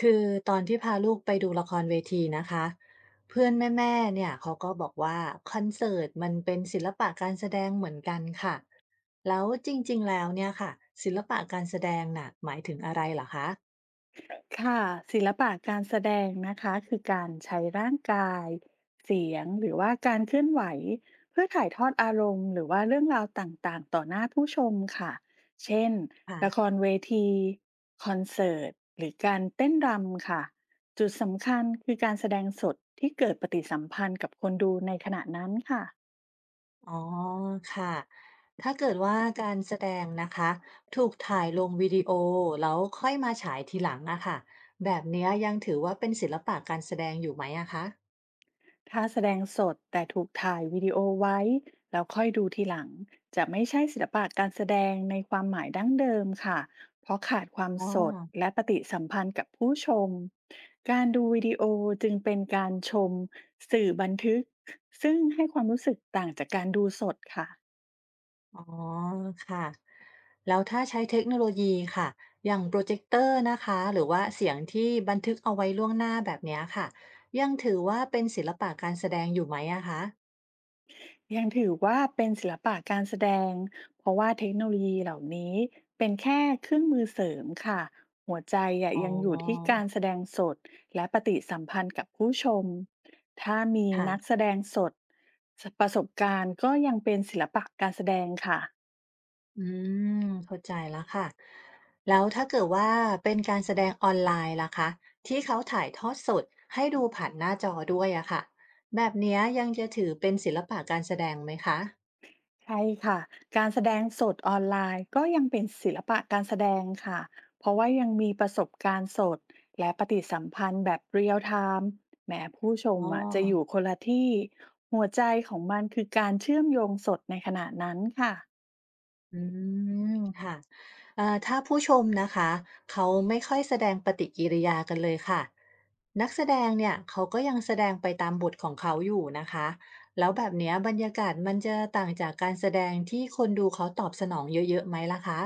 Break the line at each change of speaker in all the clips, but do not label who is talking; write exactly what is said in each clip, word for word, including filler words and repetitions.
คือตอนที่พาลูกไปดูละครเวทีนะคะเพื่อนแม่ๆเนี่ยเขาก็บอกว่าคอนเสิร์ตมันเป็นศิลปะการแสดงเหมือนกันค่ะแล้วจริงๆแล้วเนี่ยค่ะศิลปะการแสดงน่ะหมายถึงอะไรเหรอคะ
ค่ะศิลปะการแสดงนะคะคือการใช้ร่างกายเสียงหรือว่าการเคลื่อนไหวเพื่อถ่ายทอดอารมณ์หรือว่าเรื่องราวต่างๆต่อหน้าผู้ชมค่ะเช่นละค
ค่ะ
รเวทีคอนเสิร์ตหรือการเต้นรำค่ะจุดสำคัญคือการแสดงสดที่เกิดปฏิสัมพันธ์กับคนดูในขณะนั้นค่ะ
อ๋อค่ะถ้าเกิดว่าการแสดงนะคะถูกถ่ายลงวิดีโอแล้วค่อยมาฉายทีหลังอะค่ะแบบเนี้ยยังถือว่าเป็นศิลปะการแสดงอยู่ไหมอะคะ
ถ้าแสดงสดแต่ถูกถ่ายวิดีโอไว้แล้วค่อยดูทีหลังจะไม่ใช่ศิลปะการแสดงในความหมายดั้งเดิมค่ะเพราะขาดความ
อ๋อ
สดและปฏิสัมพันธ์กับผู้ชมการดูวิดีโอจึงเป็นการชมสื่อบันทึกซึ่งให้ความรู้สึกต่างจากการดูสดค่ะ
อ๋อค่ะแล้วถ้าใช้เทคโนโลยีค่ะอย่างโปรเจคเตอร์นะคะหรือว่าเสียงที่บันทึกเอาไว้ล่วงหน้าแบบเนี้ยค่ะยังถือว่าเป็นศิลปะการแสดงอยู่ไหมอะคะ
ยังถือว่าเป็นศิลปะการแสดง เพราะว่าเทคโนโลยีเหล่านี้เป็นแค่เครื่องมือเสริมค่ะ หัวใจอะ
อ๋อ
ยังอยู่ที่การแสดงสดและปฏิสัมพันธ์กับผู้ชม ถ้ามีนักแส
ค่ะ
ดงสดประสบการณ์ก็ยังเป็นศิลปะการแสดงค่ะ
อืมเข้าใจแล้วค่ะแล้วถ้าเกิดว่าเป็นการแสดงออนไลน์ล่ะคะที่เขาถ่ายทอดสดให้ดูผ่านหน้าจอด้วยอะค่ะแบบเนี้ยยังจะถือเป็นศิลปะการแสดงไหมคะ
ใช่ค่ะ การแสดงสดออนไลน์ก็ยังเป็นศิลปะการแสดงค่ะ เพราะว่ายังมีประสบการณ์สดและปฏิสัมพันธ์แบบเรียลไทม์แม้ผู้ชม
อ๋อ
อ่ะจะอยู่คนละที่ หัวใจของมันคือการเชื่อมโยงสดในขณะนั้นค่ะ
อืมค่ะเอ่อถ้าผู้ชมนะคะเขาไม่ค่อยแสดงปฏิกิริยากันเลยค่ะนักแสดงเนี่ยเขาก็ยังแสดงไปตามบทของเขาอยู่นะคะแล้วแบบเนี้ยบรรยากาศมันจะต่างจากการแสดงที่คนดูเขาตอบสนองเยอะๆไหมล่ะคะ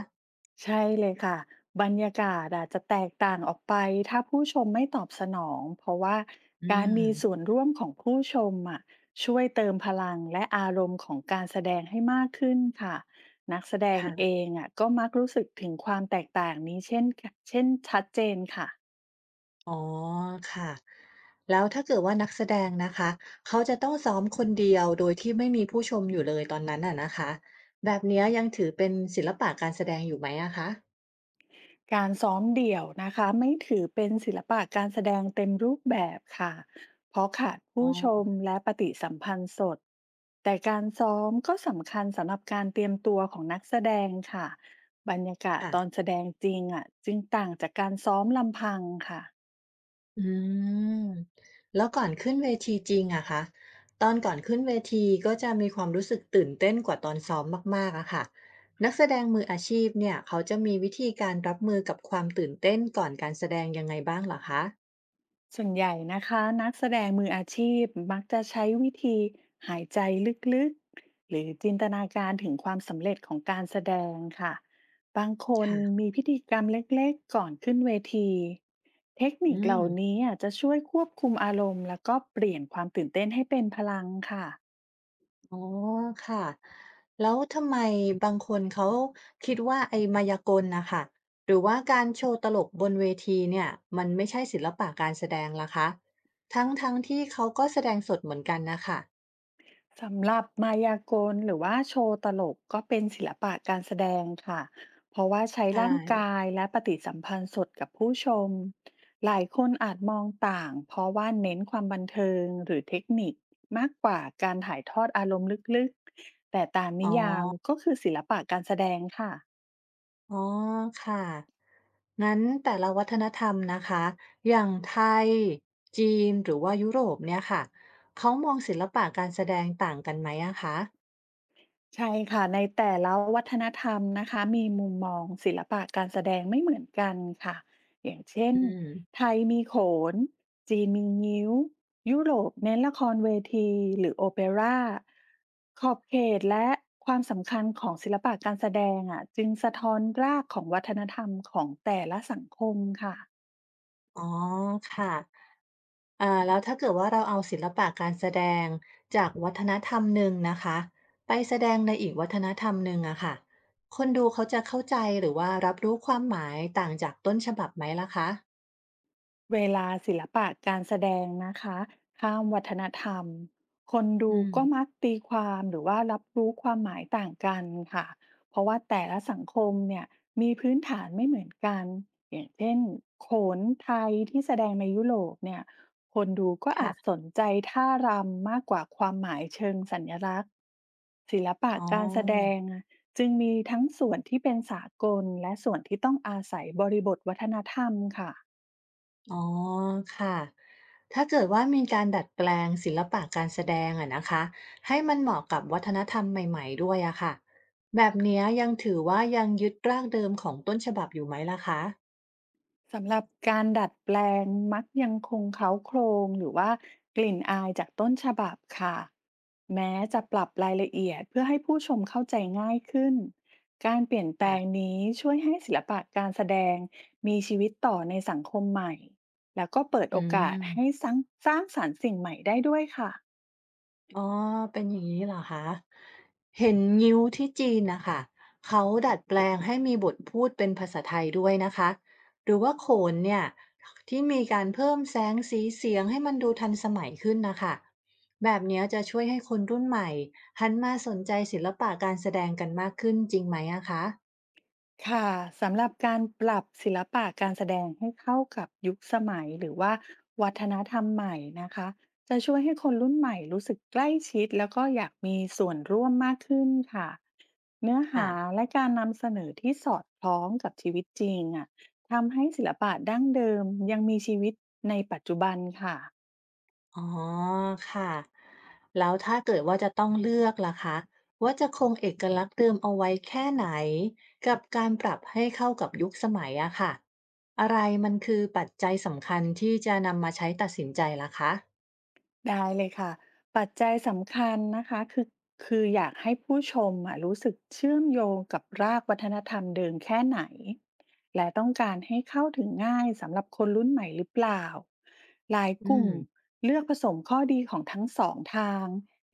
ใช่เลยค่ะบรรยากาศอาจจะแตกต่างออกไปถ้าผู้ชมไม่ตอบสนองเพราะว่า
อื
การ
ม
มีส่วนร่วมของผู้ชมอะช่วยเติมพลังและอารมณ์ของการแสดงให้มากขึ้นค่ะนักแสดง
ค่ะ
เองอะก็มักรู้สึกถึงความแตกต่างนี้เช่นเช่นชัดเจนค่ะ
อ๋อค่ะแล้วถ้าเกิดว่านักแสดงนะคะเขาจะต้องซ้อมคนเดียวโดยที่ไม่มีผู้ชมอยู่เลยตอนนั้นน่ะนะคะแบบเนี้ยยังถือเป็นศิลปะการแสดงอยู่ไหมอะคะ
การซ้อมเดี่ยวนะคะไม่ถือเป็นศิลปะการแสดงเต็มรูปแบบค่ะเพราะขาด
อ๋
ผู้ชม
อ
และปฏิสัมพันธ์สดแต่การซ้อมก็สำคัญสำหรับการเตรียมตัวของนักแสดงค่ะบรรยากาศ
ค่ะ
ตอนแสดงจริงอ่ะจึงต่างจากการซ้อมลำพังค่ะ
อืมแล้วก่อนขึ้นเวทีจริงอะคะตอนก่อนขึ้นเวทีก็จะมีความรู้สึกตื่นเต้นกว่าตอนซ้อมมากๆอะค่ะนักแสดงมืออาชีพเนี่ยเขาจะมีวิธีการรับมือกับความตื่นเต้นก่อนการแสดงยังไงบ้างเหรอคะ
ส่วนใหญ่นะคะนักแสดงมืออาชีพมักจะใช้วิธีหายใจลึกๆหรือจินตนาการถึงความสำเร็จของการแสดงค่ะบางคน
ค่ะ
มีพิธีกรรมเล็กๆก่อนขึ้นเวทีเทค
อื
นิคเห
ม
ล่านี้อาจจะช่วยควบคุมอารมณ์แล้วก็เปลี่ยนความตื่นเต้นให้เป็นพลังค่ะ
อ๋อค่ะแล้วทำไมบางคนเขาคิดว่าไอ้มายากลนะคะหรือว่าการโชว์ตลกบนเวทีเนี่ยมันไม่ใช่ศิลปะการแสดงล่ะคะทั้งๆที่เขาก็แสดงสดเหมือนกันนะคะ
สำหรับมายากลหรือว่าโชว์ตลกก็เป็นศิลปะการแสดงค่ะเพราะว่าใช้
ใช่
ร่างกายและปฏิสัมพันธ์สดกับผู้ชมหลายคนอาจมองต่างเพราะว่าเน้นความบันเทิงหรือเทคนิคมากกว่าการถ่ายทอดอารมณ์ลึกๆแต่ตาม
อ๋
นิ
อ
ยามก็คือศิลปะการแสดงค่ะ
อ๋อค่ะงั้นแต่ละวัฒนธรรมนะคะอย่างไทยจีนหรือว่ายุโรปเนี่ยค่ะเขามองศิลปะการแสดงต่างกันไหมอะคะ
ใช่ค่ะในแต่ละวัฒนธรรมนะคะมีมุมมองศิลปะการแสดงไม่เหมือนกันค่ะอย่างเช่น
อืม
ไทยมีโขนจีนมีงิ้วยุโรปเน้นละครเวทีหรือโอเปร่าขอบเขตและความสำคัญของศิลปะการแสดงอ่ะจึงสะท้อนรากของวัฒนธรรมของแต่ละสังคมค่ะ
อ๋อค่ะ อ่าแล้วถ้าเกิดว่าเราเอาศิลปะการแสดงจากวัฒนธรรมหนึ่งนะคะไปแสดงในอีกวัฒนธรรมหนึ่งอะค่ะคนดูเขาจะเข้าใจหรือว่ารับรู้ความหมายต่างจากต้นฉบับไหมล่ะคะ
เวลาศิลปะการแสดงนะคะข้ามวัฒนธรรมคนดู
อื
ก็
ม
มักตีความหรือว่ารับรู้ความหมายต่างกันค่ะเพราะว่าแต่ละสังคมเนี่ยมีพื้นฐานไม่เหมือนกันอย่างเช่นโขนไทยที่แสดงในยุโรปเนี่ยคนดูก็อาจ
ค่ะ
สนใจท่ารำมากกว่าความหมายเชิงสัญลักษณ์ศิลปะ
อ๋
การแสด
อ
งอะจึงมีทั้งส่วนที่เป็นสากลและส่วนที่ต้องอาศัยบริบทวัฒนธรรมค่ะ
อ๋อค่ะถ้าเกิดว่ามีการดัดแปลงศิลปะการแสดงอะนะคะให้มันเหมาะกับวัฒนธรรมใหม่ๆด้วยอะค่ะแบบเนี้ยยังถือว่ายังยึดรากเดิมของต้นฉบับอยู่ไหมล่ะคะ
สำหรับการดัดแปลงมักยังคงเค้าโครงหรือว่ากลิ่นอายจากต้นฉบับค่ะแม้จะปรับรายละเอียดเพื่อให้ผู้ชมเข้าใจง่ายขึ้นการเปลี่ยนแปลง
ค่ะ
นี้ช่วยให้ศิลปะการแสดงมีชีวิตต่อในสังคมใหม่แล้วก็เปิด
อื
โอกาสให้
ม
สร้างสร้างสรรค์สิ่งใหม่ได้ด้วยค่ะ
อ๋อเป็นอย่างนี้เหรอคะเห็นงิ้วที่จีนนะคะ เขาดัดแปลงให้มีบทพูดเป็นภาษาไทยด้วยนะคะหรือว่าโขนเนี่ยที่มีการเพิ่มแสงสีเสียงให้มันดูทันสมัยขึ้นนะคะแบบเนี้ยจะช่วยให้คนรุ่นใหม่หันมาสนใจศิลปะการแสดงกันมากขึ้นจริงไหมอะคะ
ค่ะสำหรับการปรับศิลปะการแสดงให้เข้ากับยุคสมัยหรือว่าวัฒนธรรมใหม่นะคะจะช่วยให้คนรุ่นใหม่รู้สึกใกล้ชิดแล้วก็อยากมีส่วนร่วมมากขึ้นค่ะเนื้อ
ค่ะ
หาและการนำเสนอที่สอดคล้องกับชีวิตจริงอ่ะทำให้ศิลปะดั้งเดิมยังมีชีวิตในปัจจุบันค่ะ
อ๋อค่ะแล้วถ้าเกิดว่าจะต้องเลือกล่ะคะว่าจะคงเอกลักษณ์เดิมเอาไว้แค่ไหนกับการปรับให้เข้ากับยุคสมัยอะค่ะอะไรมันคือปัจจัยสำคัญที่จะนำมาใช้ตัดสินใจล่ะคะ
ได้เลยค่ะปัจจัยสำคัญนะคะคือคืออยากให้ผู้ชมอะรู้สึกเชื่อมโยงกับรากวัฒนธรรมเดิมแค่ไหนและต้องการให้เข้าถึงง่ายสำหรับคนรุ่นใหม่หรือเปล่าหลาย
อื
กลุ่ม
ม
เลือกผสมข้อดีของทั้งสองทาง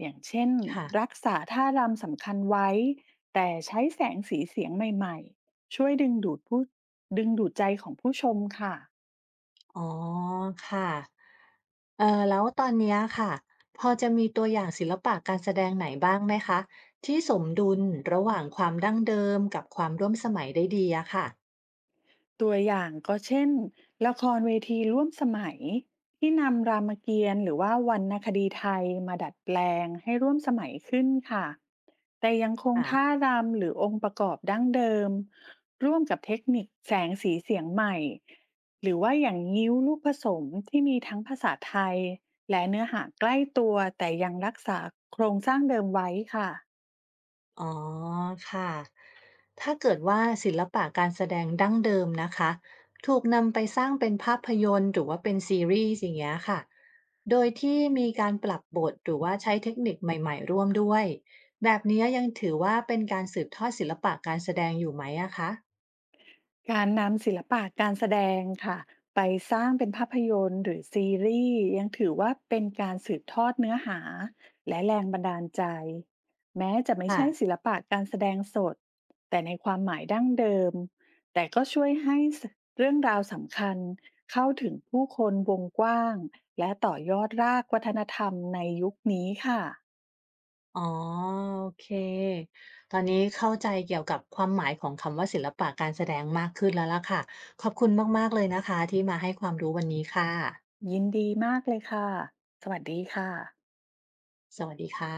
อย่างเช่น
ค่ะ
รักษาท่ารำสำคัญไว้แต่ใช้แสงสีเสียงใหม่ๆช่วยดึงดูดผู้ดึงดูดใจของผู้ชมค่ะ
อ๋อค่ะเอ่อแล้วตอนเนี้ยค่ะพอจะมีตัวอย่างศิลปะการแสดงไหนบ้างไหมคะที่สมดุลระหว่างความดั้งเดิมกับความร่วมสมัยได้ดีอะค่ะ
ตัวอย่างก็เช่นละครเวทีร่วมสมัยที่นำรามเกียรติ์หรือว่าวรรณคดีไทยมาดัดแปลงให้ร่วมสมัยขึ้นค่ะแต่ยังคงท่ารำหรือองค์ประกอบดั้งเดิมร่วมกับเทคนิคแสงสีเสียงใหม่หรือว่าอย่างงิ้วลูกผสมที่มีทั้งภาษาไทยและเนื้อหาใกล้ตัวแต่ยังรักษาโครงสร้างเดิมไว้ค่ะ
อ๋อค่ะ ถ้าเกิดว่าศิลปะการแสดงดั้งเดิมนะคะถูกนำไปสร้างเป็นภาพยนตร์หรือว่าเป็นซีรีส์อย่างเงี้ยค่ะโดยที่มีการปรับบทหรือว่าใช้เทคนิคใหม่ๆร่วมด้วยแบบนี้ยยังถือว่าเป็นการสืบทอดศิลปะการแสดงอยู่ไหมอะคะ
การนำศิลปะการแสดงค่ะไปสร้างเป็นภาพยนตร์หรือซีรีส์ยังถือว่าเป็นการสืบทอดเนื้อหาและแรงบันดาลใจแม้จะไม่ใช่
ค่ะ
ศิลปะการแสดงสดแต่ในความหมายดั้งเดิมแต่ก็ช่วยให้เรื่องราวสำคัญเข้าถึงผู้คนวงกว้างและต่อยอดรากวัฒนธรรมในยุคนี้ค่ะ
อ๋อโอเคตอนนี้เข้าใจเกี่ยวกับความหมายของคำว่าศิลปะการแสดงมากขึ้นแล้วล่ะค่ะขอบคุณมากๆเลยนะคะที่มาให้ความรู้วันนี้ค่ะ
ยินดีมากเลยค่ะสวัสดีค่ะ
สวัสดีค่ะ